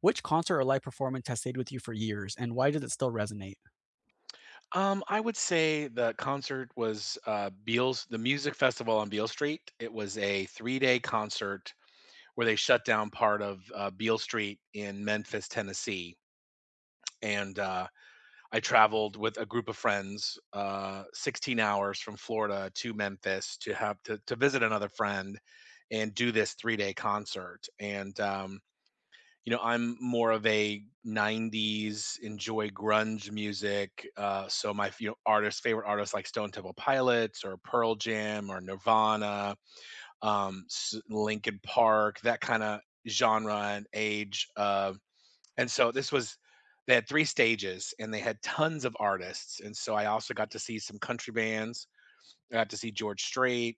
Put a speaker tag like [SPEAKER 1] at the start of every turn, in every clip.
[SPEAKER 1] Which concert or live performance has stayed with you for years, and why does it still resonate?
[SPEAKER 2] I would say the concert was Beale's, the music festival on Beale Street. It was a 3 day concert where they shut down part of Beale Street in Memphis, Tennessee. And I traveled with a group of friends, 16 hours from Florida to Memphis to to visit another friend and do this 3 day concert. I'm more of a '90s enjoy grunge music. So my artists, favorite artists like Stone Temple Pilots or Pearl Jam or Nirvana, um, Lincoln Park, that kind of genre and age. And so this was They had three stages and they had tons of artists. And so I also got to see some country bands. I got to see George Strait.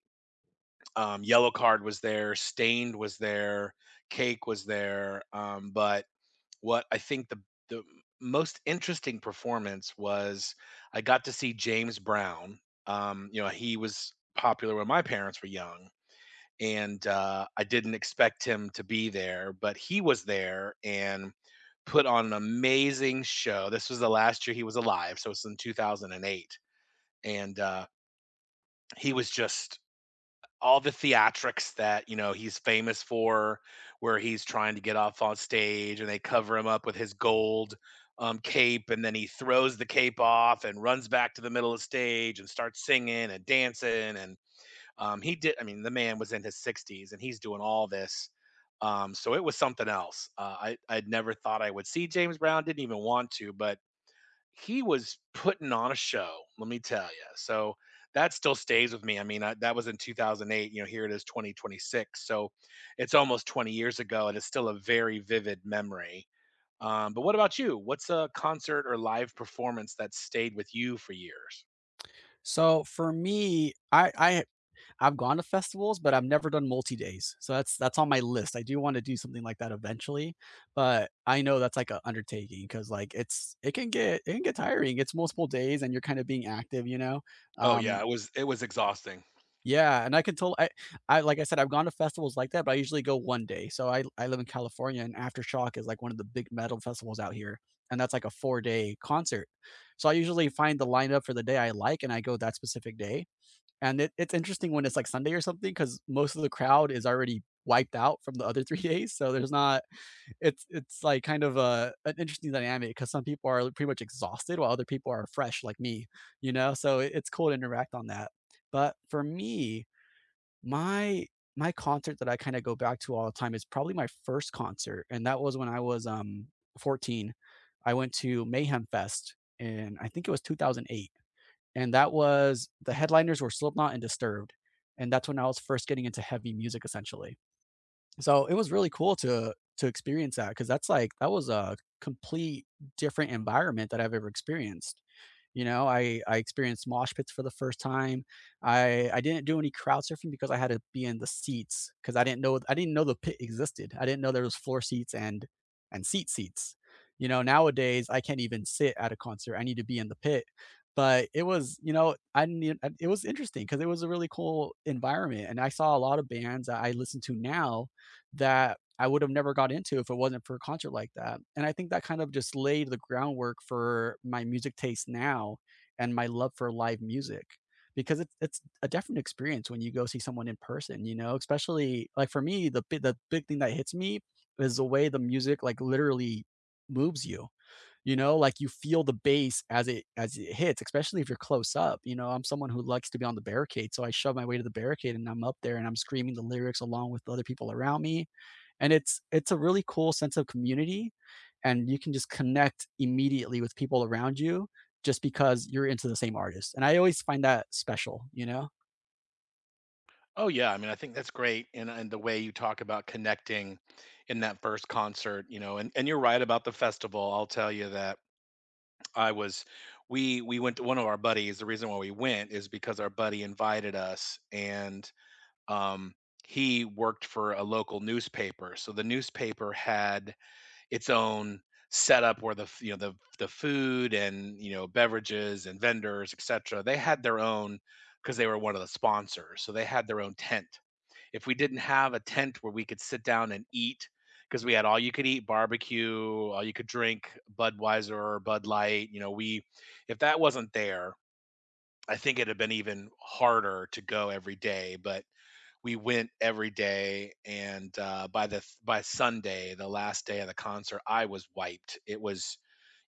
[SPEAKER 2] Yellow Card was there. Stained was there. Cake was there. But what I think the most interesting performance was I got to see James Brown. He was popular when my parents were young, and I didn't expect him to be there, but he was there and put on an amazing show. This was the last year he was alive, so it's in 2008, and he was just all the theatrics that he's famous for, where he's trying to get off on stage and they cover him up with his gold cape, and then he throws the cape off and runs back to the middle of the stage and starts singing and dancing. And he did. I mean, the man was in his 60s and he's doing all this. So it was something else. I'd never thought I would see James Brown. Didn't even want to, but he was putting on a show, let me tell you. So that still stays with me. I mean, that was in 2008. You know, here it is 2026. So it's almost 20 years ago, and it's still a very vivid memory. But what about you? What's a concert or live performance that stayed with you for years?
[SPEAKER 1] So for me, I I've gone to festivals, but I've never done multi days. So that's on my list. I do want to do something like that eventually, but I know that's like an undertaking because like it can get it can get tiring. It's multiple days, and you're kind of being active, you know.
[SPEAKER 2] Oh yeah,
[SPEAKER 1] Um,
[SPEAKER 2] it was exhausting.
[SPEAKER 1] Yeah, and I can tell. I like I said, I've gone to festivals like that, but I usually go one day. So I live in California, and Aftershock is like one of the big metal festivals out here, and that's like a four-day concert. So I usually find the lineup for the day I like, and I go that specific day. And it's interesting when it's like Sunday or something, because most of the crowd is already wiped out from the other 3 days, so there's not it's it's like kind of a an interesting dynamic, because some people are pretty much exhausted while other people are fresh like me, you know? So it's cool to interact on that. But for me, my my concert that I kinda go back to all the time is probably my first concert, and that was when I was, 14. I went to Mayhem Fest, and I think it was 2008, and that was the headliners were Slipknot and Disturbed, and that's when I was first getting into heavy music, essentially. So, it was really cool to experience that because that's, like that was a complete different environment that I've ever experienced. You know, I experienced mosh pits for the first time. I didn't do any crowd surfing because I had to be in the seats because I didn't know the pit existed. I didn't know there was floor seats and seats. You know, nowadays I can't even sit at a concert. I need to be in the pit. But it was, you know, I didn't e I- it was interesting because it was a really cool environment, and I saw a lot of bands that I listen to now that I would have never got into if it wasn't for a concert like that. And I think that kind of just laid the groundwork for my music taste now and my love for live music because it's a different experience when you go see someone in person, you know, especially like for me, the big thing that hits me is the way the music like literally moves you you know? Like, you feel the bass as it hits, especially if you're close up, you know? I'm someone who likes to be on the barricade, so I shove my way to the barricade, and I'm up there, and I'm screaming the lyrics along with the other people around me, and it's a really cool sense of community, and you can just connect immediately with people around you just because you're into the same artist, and I always find that special, you know?
[SPEAKER 2] Oh yeah, I mean I think that's great, and the way you talk about connecting in that first concert, you know, and you're right about the festival. I'll tell you that I was we went to one of our buddies. The reason why we went is because our buddy invited us, and um he worked for a local newspaper. So the newspaper had its own setup where you know the food and you know beverages and vendors etc. They had their own because they were one of the sponsors. So they had their own tent if we didn't have a tent where we could sit down and eat because we had all you could eat barbecue, all you could drink Budweiser or Bud Light. You know, we if that wasn't there, I think it'd have been even harder to go every day, but we went every day, and by the by Sunday, the last day of the concert, I was wiped. It was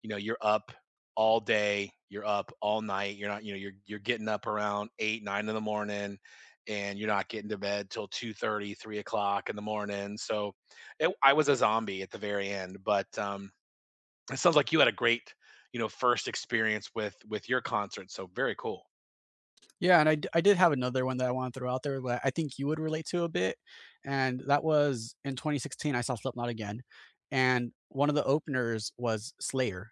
[SPEAKER 2] you know you're up all day, you're up all night, you're not you know you're getting up around 8, 9 in the morning, and you're not getting to bed till 2:30, 3 o'clock in the morning. So I was a zombie at the very end, but it sounds like you had a great first experience with your concert. So very cool.
[SPEAKER 1] Yeah, and I did have another one that I wanna throw out there that I think you would relate to a bit, and that was in 2016, I saw Slipknot again, and one of the openers was Slayer.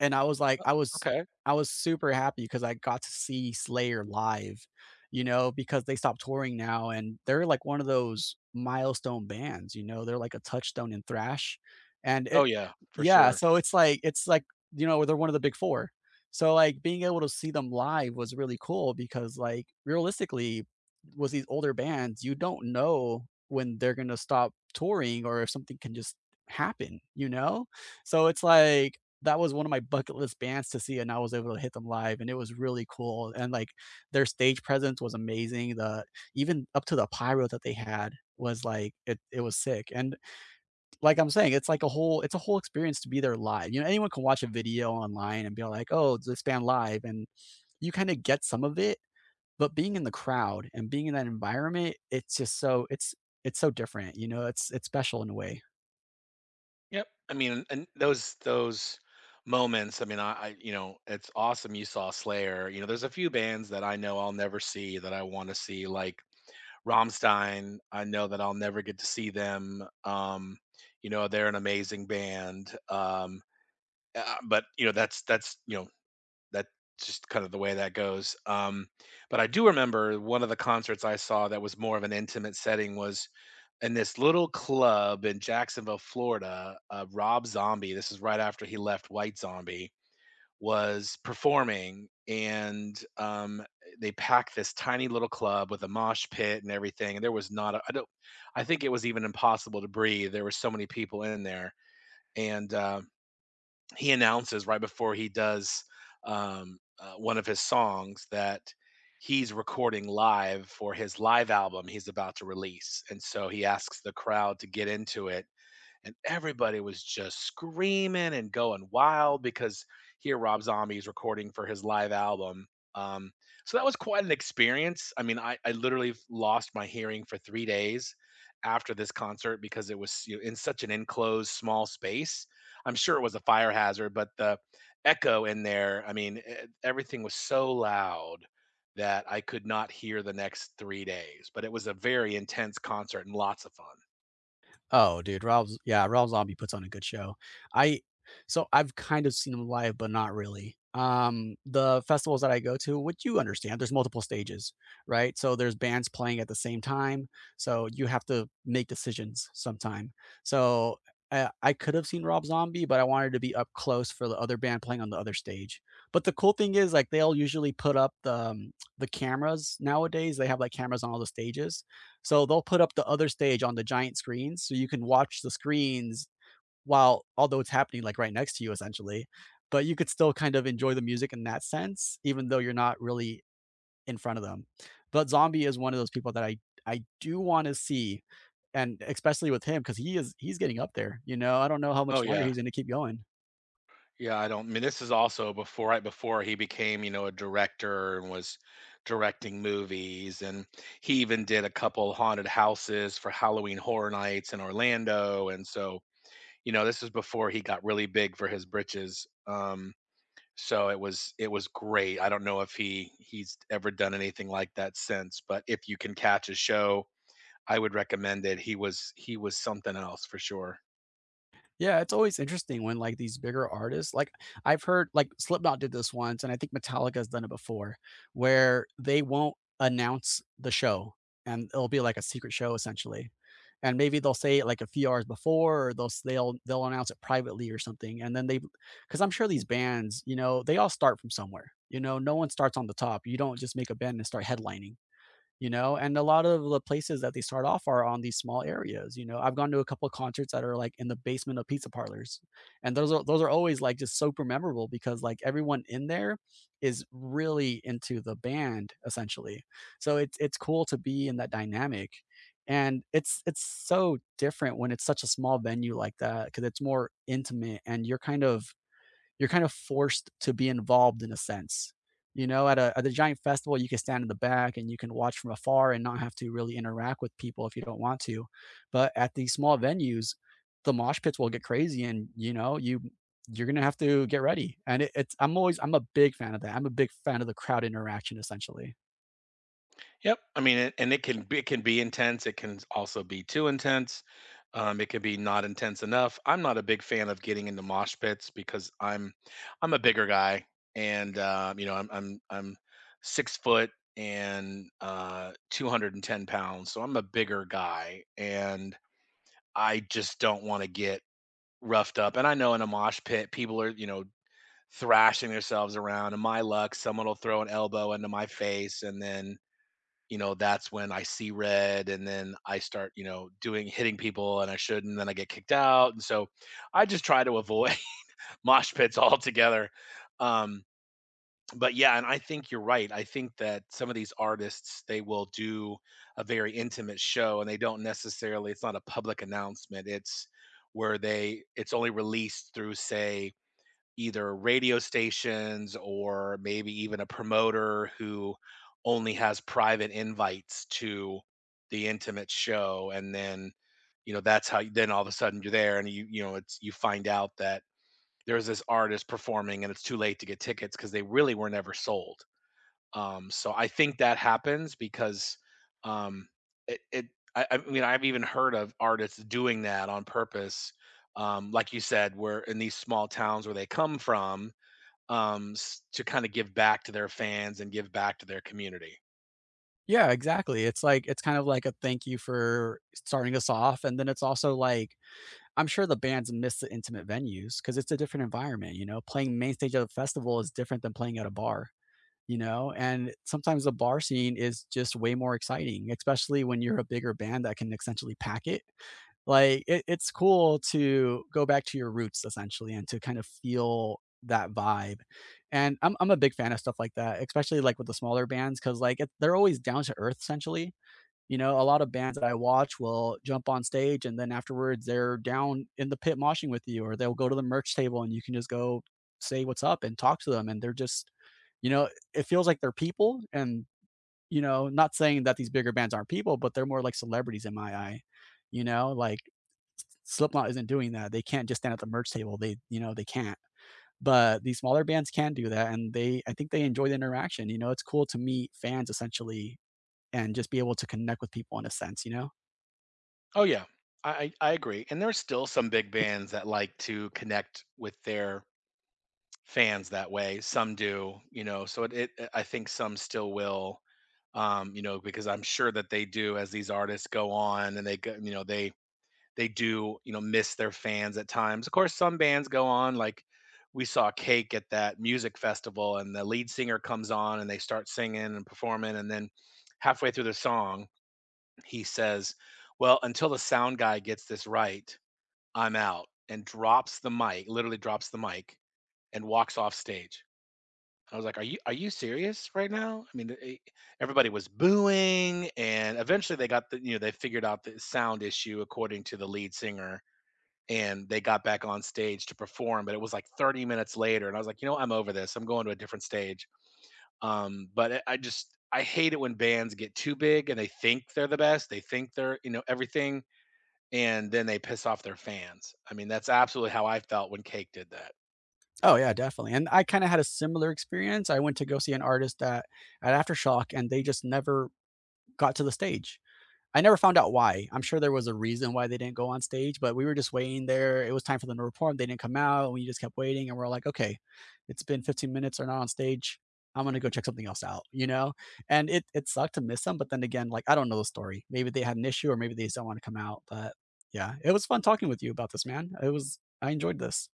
[SPEAKER 1] And
[SPEAKER 2] Okay.
[SPEAKER 1] I was super happy because I got to see Slayer live, you know, because they stopped touring now, and they're like one of those milestone bands, you know, they're like a touchstone in thrash, and it
[SPEAKER 2] Oh yeah, for
[SPEAKER 1] Yeah,
[SPEAKER 2] sure.
[SPEAKER 1] so it's like, you know, they're one of the big 4. So, like, being able to see them live was really cool because, like, realistically, with these older bands, you don't know when they're gonna stop touring or if something can just happen, you know? So it's like that was one of my bucket list bands to see, and I was able to hit them live, and it was really cool, and, like, their stage presence was amazing, the even up to the pyro that they had was, like, it was sick, and like I'm saying, it's like a whole experience to be there live, you know, anyone can watch a video online and be like, "Oh, this band live," and you kinda get some of it, but being in the crowd and being in that environment, it's just it's so different, you know, it's special in a way.
[SPEAKER 2] Yep, I mean, and those moments, I mean I you know it's awesome you saw Slayer. You know, there's a few bands that I know I'll never see that I want to see, like Rammstein. I know that I'll never get to see them. You know, they're an amazing band. But you know, that's you know, that's just kind of the way that goes. But I do remember one of the concerts I saw that was more of an intimate setting was in this little club in Jacksonville, Florida. Rob Zombie. This is right after he left White Zombie was performing, and they packed this tiny little club with a mosh pit and everything, and there was not a, I don't I think it was even impossible to breathe, there were so many people in there. And He announces right before he does one of his songs that he's recording live for his live album he's about to release, and so he asks the crowd to get into it, and everybody was just screaming and going wild because here Rob Zombie is recording for his live album. Um, so that was quite an experience. I mean, I literally lost my hearing for 3 days after this concert because it was you know, in such an enclosed small space. I'm sure it was a fire hazard, but the echo in there, I mean, everything was so loud that I could not hear the next 3 days. But it was a very intense concert and lots of fun.
[SPEAKER 1] Oh, dude, Rob Zombie puts on a good show. I So I've kind of seen him live, but not really. The festivals that I go to, which you understand, there's multiple stages, right? So there's bands playing at the same time, so you have to make decisions sometime. So, I could have seen Rob Zombie, but I wanted to be up close for the other band playing on the other stage. But the cool thing is, like, they'll usually put up the cameras nowadays, they have, like, cameras on all the stages, so they'll put up the other stage on the giant screens so you can watch the screens while although it's happening like right next to you essentially, but you could still kind of enjoy the music in that sense, even though you're not really in front of them. But Zombie is one of those people that I do want to see, and especially with him because he's getting up there. You know, I don't know how
[SPEAKER 2] Oh,
[SPEAKER 1] much longer
[SPEAKER 2] yeah.
[SPEAKER 1] he's going to keep going.
[SPEAKER 2] Yeah, I don't I mean, this is also before right before he became, you know, a director and was directing movies, and he even did a couple haunted houses for Halloween Horror Nights in Orlando, and so, you know, this is before he got really big for his britches, so it was great. I don't know if he's ever done anything like that since, but if you can catch a show, I would recommend it. He was something else for sure.
[SPEAKER 1] Yeah, it's always interesting when, like, these bigger artists like, I've heard like, Slipknot did this once, and I think Metallica's done it before, where they won't announce the show, and it'll be like a secret show essentially, and maybe they'll say it, like, a few hours before, or they'll s they'll announce it privately or something, and then they, because 'cause I'm sure these bands, you know, they all start from somewhere, you know, no one starts on the top, you don't just make a band and start headlining, you know. And a lot of the places that they start off are on these small areas, you know. I've gone to a couple of concerts that are like in the basement of pizza parlors, and those are always like just super memorable because like everyone in there is really into the band essentially, so it's cool to be in that dynamic, and it's so different when it's such a small venue like that because it's more intimate and you're kind of forced to be involved in a sense. You know, at a giant festival, you can stand in the back and you can watch from afar and not have to really interact with people if you don't want to. But at these small venues, the mosh pits will get crazy, and you know, you're gonna have to get ready. And it, it's I'm always I'm a big fan of that. I'm a big fan of the crowd interaction, essentially.
[SPEAKER 2] Yep. And it can be intense. It can also be too intense. It can be not intense enough. I'm not a big fan of getting into mosh pits because I'm a bigger guy, and you know I'm 6 foot and 210 pounds, so I'm a bigger guy, and I just don't want to get roughed up. And I know in a mosh pit, people are you know thrashing themselves around. And my luck, someone will throw an elbow into my face, and then you know, that's when I see red and then I start, you know, doing hitting people and I shouldn't, and then I get kicked out. And so I just try to avoid mosh pits altogether. Um, but yeah, and I think you're right. I think that some of these artists, they will do a very intimate show and they don't necessarily, it's not a public announcement. It's it's only released through, say, either radio stations or maybe even a promoter who only has private invites to the intimate show, and then you know that's how then all of a sudden you're there and you know it's you find out that there's this artist performing, and it's too late to get tickets because they really were never sold. So I think that happens because um it I mean I've even heard of artists doing that on purpose, like you said, where in these small towns where they come from, to kind of give back to their fans and give back to their community.
[SPEAKER 1] Yeah, exactly. It's kind of like a thank you for starting us off, and then it's also like I'm sure the bands miss the intimate venues because it's a different environment, you know? Playing main stage at a festival is different than playing at a bar, you know? And sometimes the bar scene is just way more exciting, especially when you're a bigger band that can essentially pack it. Like, it's cool to go back to your roots essentially and to kind of feel that vibe. And I'm a big fan of stuff like that, especially, like, with the smaller bands because like, it they're always down to earth essentially. You know, a lot of bands that I watch will jump on stage and then afterwards they're down in the pit moshing with you, or they'll go to the merch table and you can just go say what's up and talk to them. And they're just, you know, it feels like they're people. And, you know, not saying that these bigger bands aren't people, but they're more like celebrities in my eye. You know, like Slipknot isn't doing that. They can't just stand at the merch table. They, you know, they can't. But these smaller bands can do that. And I think they enjoy the interaction. You know, it's cool to meet fans essentially and just be able to connect with people in a sense, you know?
[SPEAKER 2] Oh yeah, I I agree. And there's still some big bands that like to connect with their fans that way. Some do, you know. So it I think some still will, you know, because I'm sure that they do as these artists go on and they go, you know, they do, you know, miss their fans at times. Of course, some bands go on, like we saw Cake at that music festival, and the lead singer comes on and they start singing and performing. And then halfway through the song, he says, "Well, until the sound guy gets this right, I'm out," and drops the mic, literally drops the mic, and walks off stage. I was like, are you serious right now?" I mean, everybody was booing, and eventually they got the you know they figured out the sound issue according to the lead singer, and they got back on stage to perform, but it was like 30 minutes later, and I was like, you know, I'm over this. I'm going to a different stage. But I just I hate it when bands get too big and they think they're the best. They think they're you know everything, and then they piss off their fans. I mean, that's absolutely how I felt when Cake did that.
[SPEAKER 1] Oh, yeah, definitely, and I kinda had a similar experience. I went to go see an artist at Aftershock, and they just never got to the stage. I never found out why. I'm sure there was a reason why they didn't go on stage, but we were just waiting there. It was time for them to perform, they didn't come out, we just kept waiting, and we're like, "Okay, it's been 15 minutes, they're not on stage. I'm gonna go check something else out," you know? And it sucked to miss them. But then again, like, I don't know the story. Maybe they had an issue or maybe they just don't wanna come out, but yeah, it was fun talking with you about this, man. It was I enjoyed this.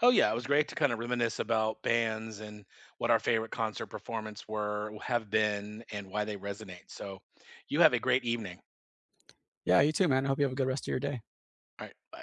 [SPEAKER 2] Oh yeah, it was great to kind of reminisce about bands and what our favorite concert performance were, have been, and why they resonate. So, you have a great evening.
[SPEAKER 1] Yeah, you too, man. I hope you have a good rest of your day.
[SPEAKER 2] All right, bye.